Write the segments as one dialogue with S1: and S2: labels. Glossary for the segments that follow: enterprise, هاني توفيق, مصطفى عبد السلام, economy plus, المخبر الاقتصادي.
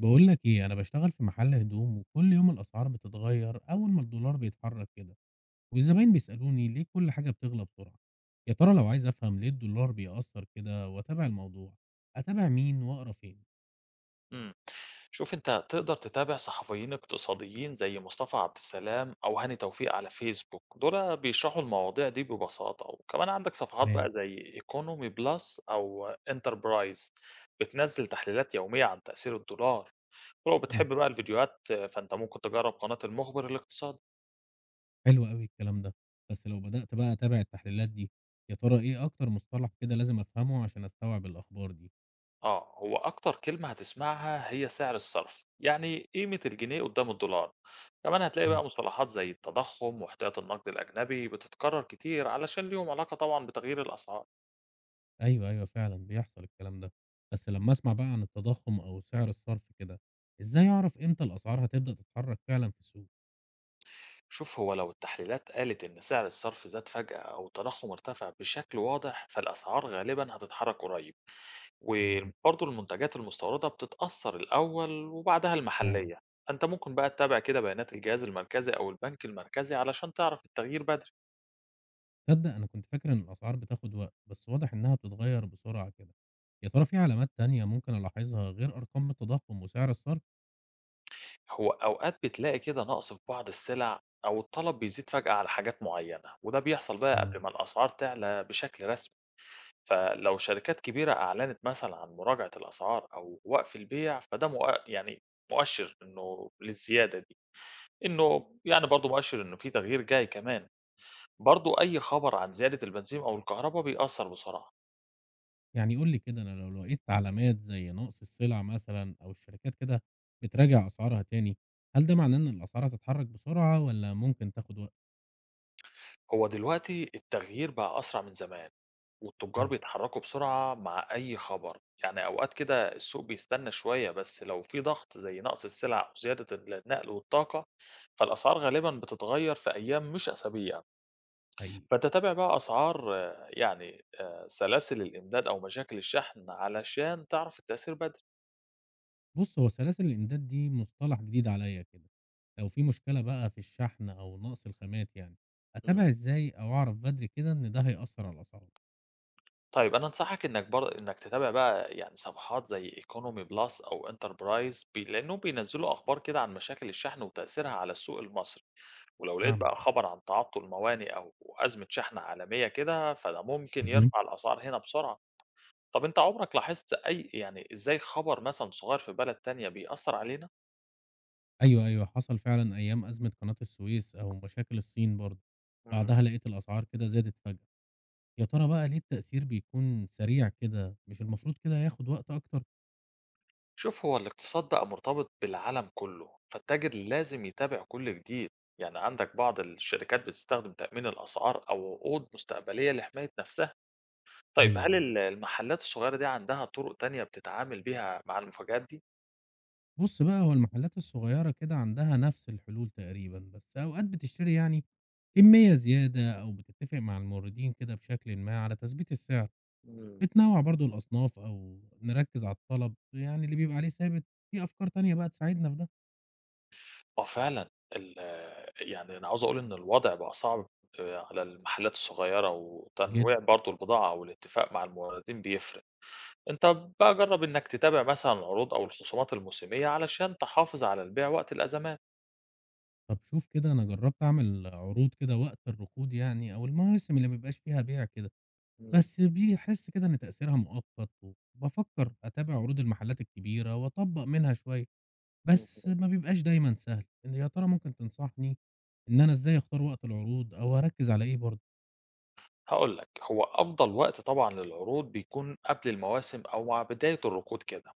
S1: بقول لك ايه، انا بشتغل في محل هدوم وكل يوم الاسعار بتتغير اول ما الدولار بيتحرك كده. والزباين بيسالوني ليه كل حاجه بتغلى بسرعه؟ يا ترى لو عايز افهم ليه الدولار بيأثر كده واتابع الموضوع، اتابع مين واقرا فين؟
S2: إمم. شوف أنت تقدر تتابع صحفيين اقتصاديين زي مصطفى عبد السلام أو هاني توفيق على فيسبوك، دول بيشرحوا المواضيع دي ببساطة، وكمان عندك صفحات بقى
S1: تمام.
S2: زي economy plus أو enterprise بتنزّل تحليلات يومية عن تأثير الدولار، ولو
S1: مم،
S2: بتحب بقى الفيديوهات فأنت ممكن تجرّب قناة المخبر الاقتصادي.
S1: حلو قوي الكلام ده. بس لو بدأت بقى اتابع التحليلات دي، يا ترى ايه اكتر مصطلح كده لازم افهمه عشان استوعب الاخبار دي؟
S2: آه، هو أكتر كلمة هتسمعها هي سعر الصرف، يعني قيمة الجنيه قدّام الدولار، كمان هتلاقي
S1: مم،
S2: بقى مصطلحات زي التضخم واحتياط النقد الأجنبي بتتكرر كتير علشان ليهم علاقة طبعًا بتغيير الأسعار.
S1: ايوه ايوه فعلا بيحصل الكلام ده. بس لما اسمع بقى عن التضخم او سعر الصرف كده، ازاي اعرف امتى الاسعار هتبدأ تتحرك فعلا في السوق؟
S2: شوف هو لو التحليلات قالت إن سعر الصرف زاد فجأة أو التضخم ارتفع بشكل واضح فالأسعار غالبًا هتتحرك قريب،
S1: تمام،
S2: وبرضه المنتجات المستوردة بتتأثر الأول وبعدها
S1: فعلًا.
S2: المحلية، فأنت ممكن بقى تتابع كده بيانات الجهاز المركزي أو البنك المركزي علشان تعرف التغيير بدري.
S1: تصدق أنا كنت فاكر إن الأسعار بتاخد وقت، بس واضح إنها بتتغيّر بسرعة كده. يا ترى في علامات تانية ممكن ألاحظها غير أرقام التضخم وسعر الصرف؟
S2: هو أوقات بتلاقي كده نقص في بعض السلع أو الطلب بيزيد فجأة على حاجات معينة وده بيحصل بقى
S1: إمم.
S2: قبل ما الأسعار تعلى بشكل رسمي. فلو شركات كبيرة أعلنت مثلا عن مراجعة الأسعار أو وقف البيع فده يعني مؤشر إنه للزيادة دي، إنه يعني برضه مؤشر إنه في تغيير جاي كمان. برضه أي خبر عن زيادة البنزين أو الكهرباء بيأثر بسرعة.
S1: يعني قُل لي كده، أنا لو لقيت علامات زي نقص السلع مثلًا أو الشركات كده بتراجع أسعارها تاني، هل ده معناه إن الأسعار هتتحرك بسرعة والّا ممكن تاخد وقت؟
S2: هو دلوقتي التغيير بقى أسرع من زمان والتجار
S1: فعلًا،
S2: بيتحركوا بسرعة مع أي خبر. يعني أوقات كده السوق بيستنى شوية بس لو في ضغط زي نقص السلع أو زيادة النقل والطاقة فالأسعار غالبا بتتغير في أيام مش أسابيع.
S1: حقيقي.
S2: فتتابع بقى أسعار يعني سلاسل الإمداد أو مشاكل الشحن علشان تعرف التأثير بدري.
S1: بُص، هو سلاسل الإمداد دي مصطلح جديد عليّا كده. لو في مشكلة بقى في الشحن أو نقص الخامات يعني،
S2: مم.
S1: أتابع إزاي أو أعرف بدري كده إن ده هيأثّر على الأسعار؟
S2: طيب أنا أنصحك إنك إنك تتابع بقى يعني صفحات زي ايكونومي بلس أو انتربرايز لأنهم بينزلوا أخبار كده عن مشاكل الشحن وتأثيرها على السوق المصري. ولو لقيت
S1: هاعمل
S2: بقى
S1: ده.
S2: خبر عن تعطل موانئ أو أزمة شحن عالمية كده فده ممكن
S1: اهم.
S2: يرفع الأسعار هنا بسرعة. طب أنت عمرك لاحظت أي يعني إزاي خبر مثلا صغير في بلد تانية بيأثر علينا؟
S1: أيوه، أيوه، حصل فعلًا أيام أزمة قناة السويس أو مشاكل الصين برضه،
S2: مم.
S1: بعدها لقيت الأسعار كده زادت فجأة، يا ترى بقى ليه التأثير بيكون سريع كده، مش المفروض كده ياخد وقت أكتر؟
S2: شوف هو الاقتصاد بقى مرتبط بالعالم كله فالتاجر لازم يتابع كل جديد. يعني عندك بعض الشركات بتستخدم تأمين الأسعار أو عقود مستقبلية لحماية نفسها. طيب
S1: أيوه،
S2: هل
S1: أيوه.
S2: المحلات الصغيرة دي عندها طرق تانية بتتعامل بيها مع المفاجآت دي؟
S1: بُص بقى، هو المحلات الصغيرة كده عندها نفس الحلول تقريبًا، بس أوقات بتشتري يعني كمية زيادة أو بتتفق مع الموردين كده بشكلٍ ما على تثبيت السعر،
S2: مم.
S1: بتنوّع برضه الأصناف أو نركّز على الطلب يعني اللي بيبقى عليه ثابت. في أفكار تانية بقى تساعدنا في ده؟
S2: آه فعلًا، ال يعني أنا عاوز أقول إن الوضع بقى صعب على المحلات الصغيّرة، وتنويع
S1: جدًا.
S2: برضه البضاعة أو الاتفاق مع الموردين بيفرق. أنت بقى جرّب إنك تتابع مثلًا العروض أو الخصومات الموسمية علشان تحافظ على البيع وقت الأزمات.
S1: طب شوف كده، أنا جرّبت أعمل عروض كده وقت الركود يعني أو المواسم اللي ما بيبقاش فيها بيع كده،
S2: إمم،
S1: بس بيحس كده إن تأثيرها مؤقت، وبافكّر أتابع عروض المحلات الكبيرة وأطبّق منها شوية،
S2: إمم،
S1: بس
S2: إمم.
S1: ما بيبقاش دايمًا سهل، إن يا ترى ممكن تنصحني إن أنا إزاي أختار وقت العروض أو أركّز على إيه برضه؟
S2: هاقول لك، هو أفضل وقت طبعًا للعروض بيكون قبل المواسم أو مع بداية الركود كده،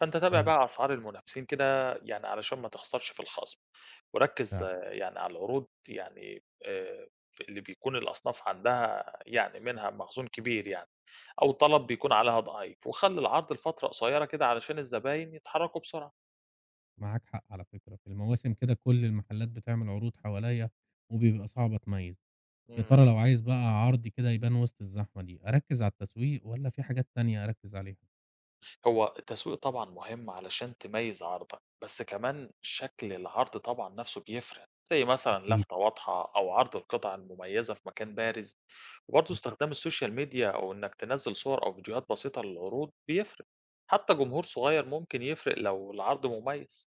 S2: فأنت تابع
S1: أيوه
S2: بقى أسعار المنافسين كده يعني علشان ما تخسرش في الخصم. وركّز
S1: فعلًا.
S2: يعني على العروض يعني ف اللي بيكون الأصناف عندها يعني منها مخزون كبير يعني أو طلب بيكون عليها ضعيف، وخلّي العرض لفترة قصيّرة كده علشان الزباين يتحرّكوا بسرعة.
S1: معاك حق على فكرة، في المواسم كده كل المحلات بتعمل عروض حواليّا وبيبقى صعب أتميّز، يا
S2: إمم.
S1: ترى لو عايز بقى عرض كده يبان وسط الزحمة دي أركّز على التسويق والّا في حاجات تانية أركّز عليها؟
S2: هو التسويق طبعًا مهم علشان تميّز عرضك، بس كمان شكل العرض طبعًا نَفْسه بيفرق، زي مثلًا
S1: أكيد.
S2: لافتة واضحة أو عرض القطع المميّزة في مكان بارز. وبرضه
S1: إمم.
S2: استخدام السوشيال ميديا أو إنك تنزل صور أو فيديوهات بسيطة للعروض بيفرق. حتى جمهور صغير ممكن يفرق لو العرض مميز.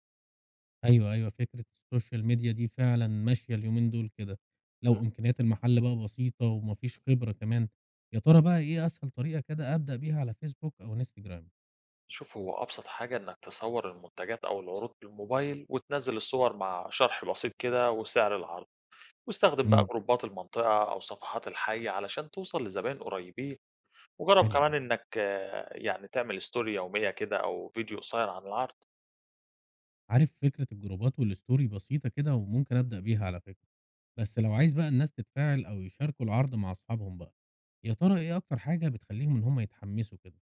S1: أيوه، أيوه. فكرة السوشيال ميديا دي فعلًا ماشية اليومين دول كده.
S2: مم.
S1: لو إمكانيات المحل بقى بسيطة وما فيش خبرة كمان، يا ترى بقى إيه أسهل طريقة كده أبدأ بيها على فيسبوك أو إنستجرام؟
S2: شوف هو أبسط حاجة إنك تصور المنتجات أو العروض بالموبايل وتنزل الصور مع شرح بسيط كده وسعر العرض. واستخدم بقى
S1: إمم،
S2: جروبات المنطقة أو صفحات الحي علشان توصل لزبائن قريبين. وجرب
S1: حلو
S2: كمان
S1: ده.
S2: إنك يعني تعمل ستوري يومية كده أو فيديو قصير عن العرض.
S1: عارف فكرة الجروبات والstory بسيطة كده وممكن أبدأ بيها على فكرة. بس لو عايز بقى الناس تتفاعل أو يشاركوا العرض مع أصحابهم بقى، يا ترى إيه أكتر حاجة بتخلّيهم إن هم يتحمسوا كده؟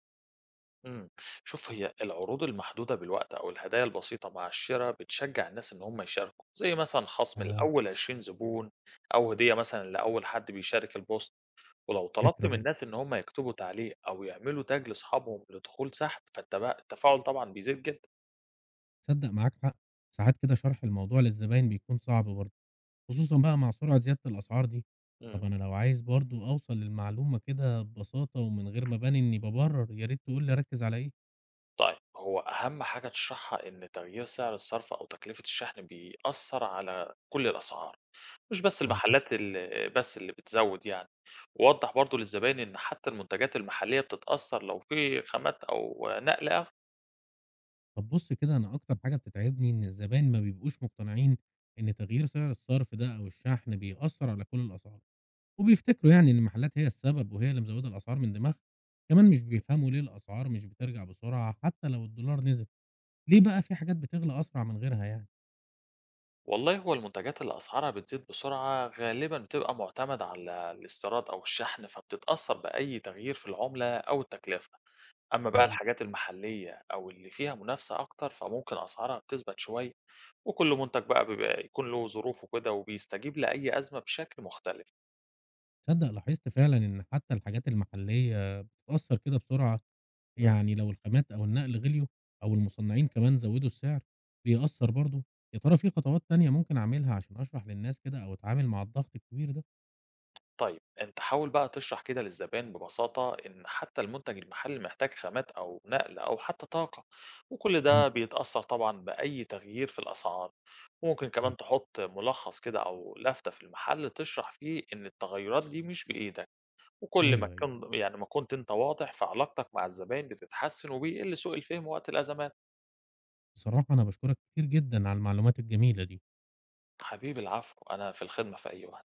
S2: امم، شوف هي العروض المحدودة بالوقت أو الهدايا البسيطة مع الشراء بتشجع الناس إن هم يشاركوا زي مثلا خصم
S1: آه،
S2: لأول 20 زبون أو هدية مثلا لأول حد بيشارك البوست. ولو طلبت
S1: فكرة
S2: من
S1: برضه.
S2: الناس إن هم يكتبوا تعليق أو يعملوا تاج لأصحابهم لدخول سحب التفاعل طبعا بيزيد جدا.
S1: تصدق معاك حق، ساعات كده شرح الموضوع للزباين بيكون صعب برضه. خصوصًا بقى مع سرعة زيادة الأسعار دي.
S2: امم،
S1: طب أنا لو عايز برضه أوصل للمعلومة كده ببساطة ومن غير ما أبان إني بابرر، يا ريت تقول لي أركّز على إيه؟
S2: طيب هو أهم حاجة تشرحها إن تغيير سعر الصرف أو تكلفة الشحن بيأثر على كل الأسعار، مش بس المحلات
S1: منطقي.
S2: ال بس اللي بتزوّد يعني، ووضّح برضه للزباين إن حتى المنتجات المحلية بتتأثّر لو في خامات أو نقل أغلى.
S1: طب بُص كده، أنا أكتر حاجة بتتعبني إن الزباين ما بيبقوش مقتنعين إن تغيير سعر الصرف ده أو الشحن بيأثّر على كل الأسعار، وبيفتكروا يعني إن المحلات هي السبب وهي اللي مزوّدة الأسعار من دماغها. كمان مش بيفهموا ليه الأسعار مش بترجع بسرعة حتى لو الدولار نزل، ليه بقى في حاجات بتغلى أسرع من غيرها يعني؟
S2: والله هو المنتجات اللي أسعارها بتزيد بسرعة غالبًا بتبقى معتمدة على الاستيراد أو الشحن، فبتتأثّر بأي تغيير في العملة أو التكلفة. أمّا بقى
S1: حقيقي؟
S2: الحاجات المحلية أو اللي فيها منافسة أكتر، فممكن أسعارها بتثبت شوية، وكل منتج بقى بيبقى يكون له ظروفه كده وبيستجيب لأي أزمة بشكل مختلف.
S1: تصدق لاحظت فعلًا إن حتى الحاجات المحلية بتتأثّر كده بسرعة، يعني لو الخامات أو النقل غليوا أو المصنعين كمان زوّدوا السعر بيأثّر برضه، يا ترى في خطوات تانية ممكن أعملها عشان أشرح للناس كده أو أتعامل مع الضغط الكبير ده؟
S2: طيب أنت حاول بقى تشرح كده للزبائن ببساطة إن حتى المنتج المحلي محتاج خامات أو نقل أو حتى طاقة، وكل
S1: إمم،
S2: ده بيتأثر طبعا بأي تغيير في الأسعار. وممكن كمان
S1: أكيد،
S2: تحط ملخص كده أو لافتة في المحل تشرح فيه إن التغيرات دي مش بإيدك، وكل ما
S1: أيوه، أيوه،
S2: كان يعني ما كنت أنت واضح في علاقتك مع الزبائن بتتحسن وبيقل سوء الفهم وقت الأزمات.
S1: بصراحة أنا باشكرك كتير جدًا على المعلومات الجميلة دي.
S2: حبيبي العفو، أنا في الخدمة في أي وقت.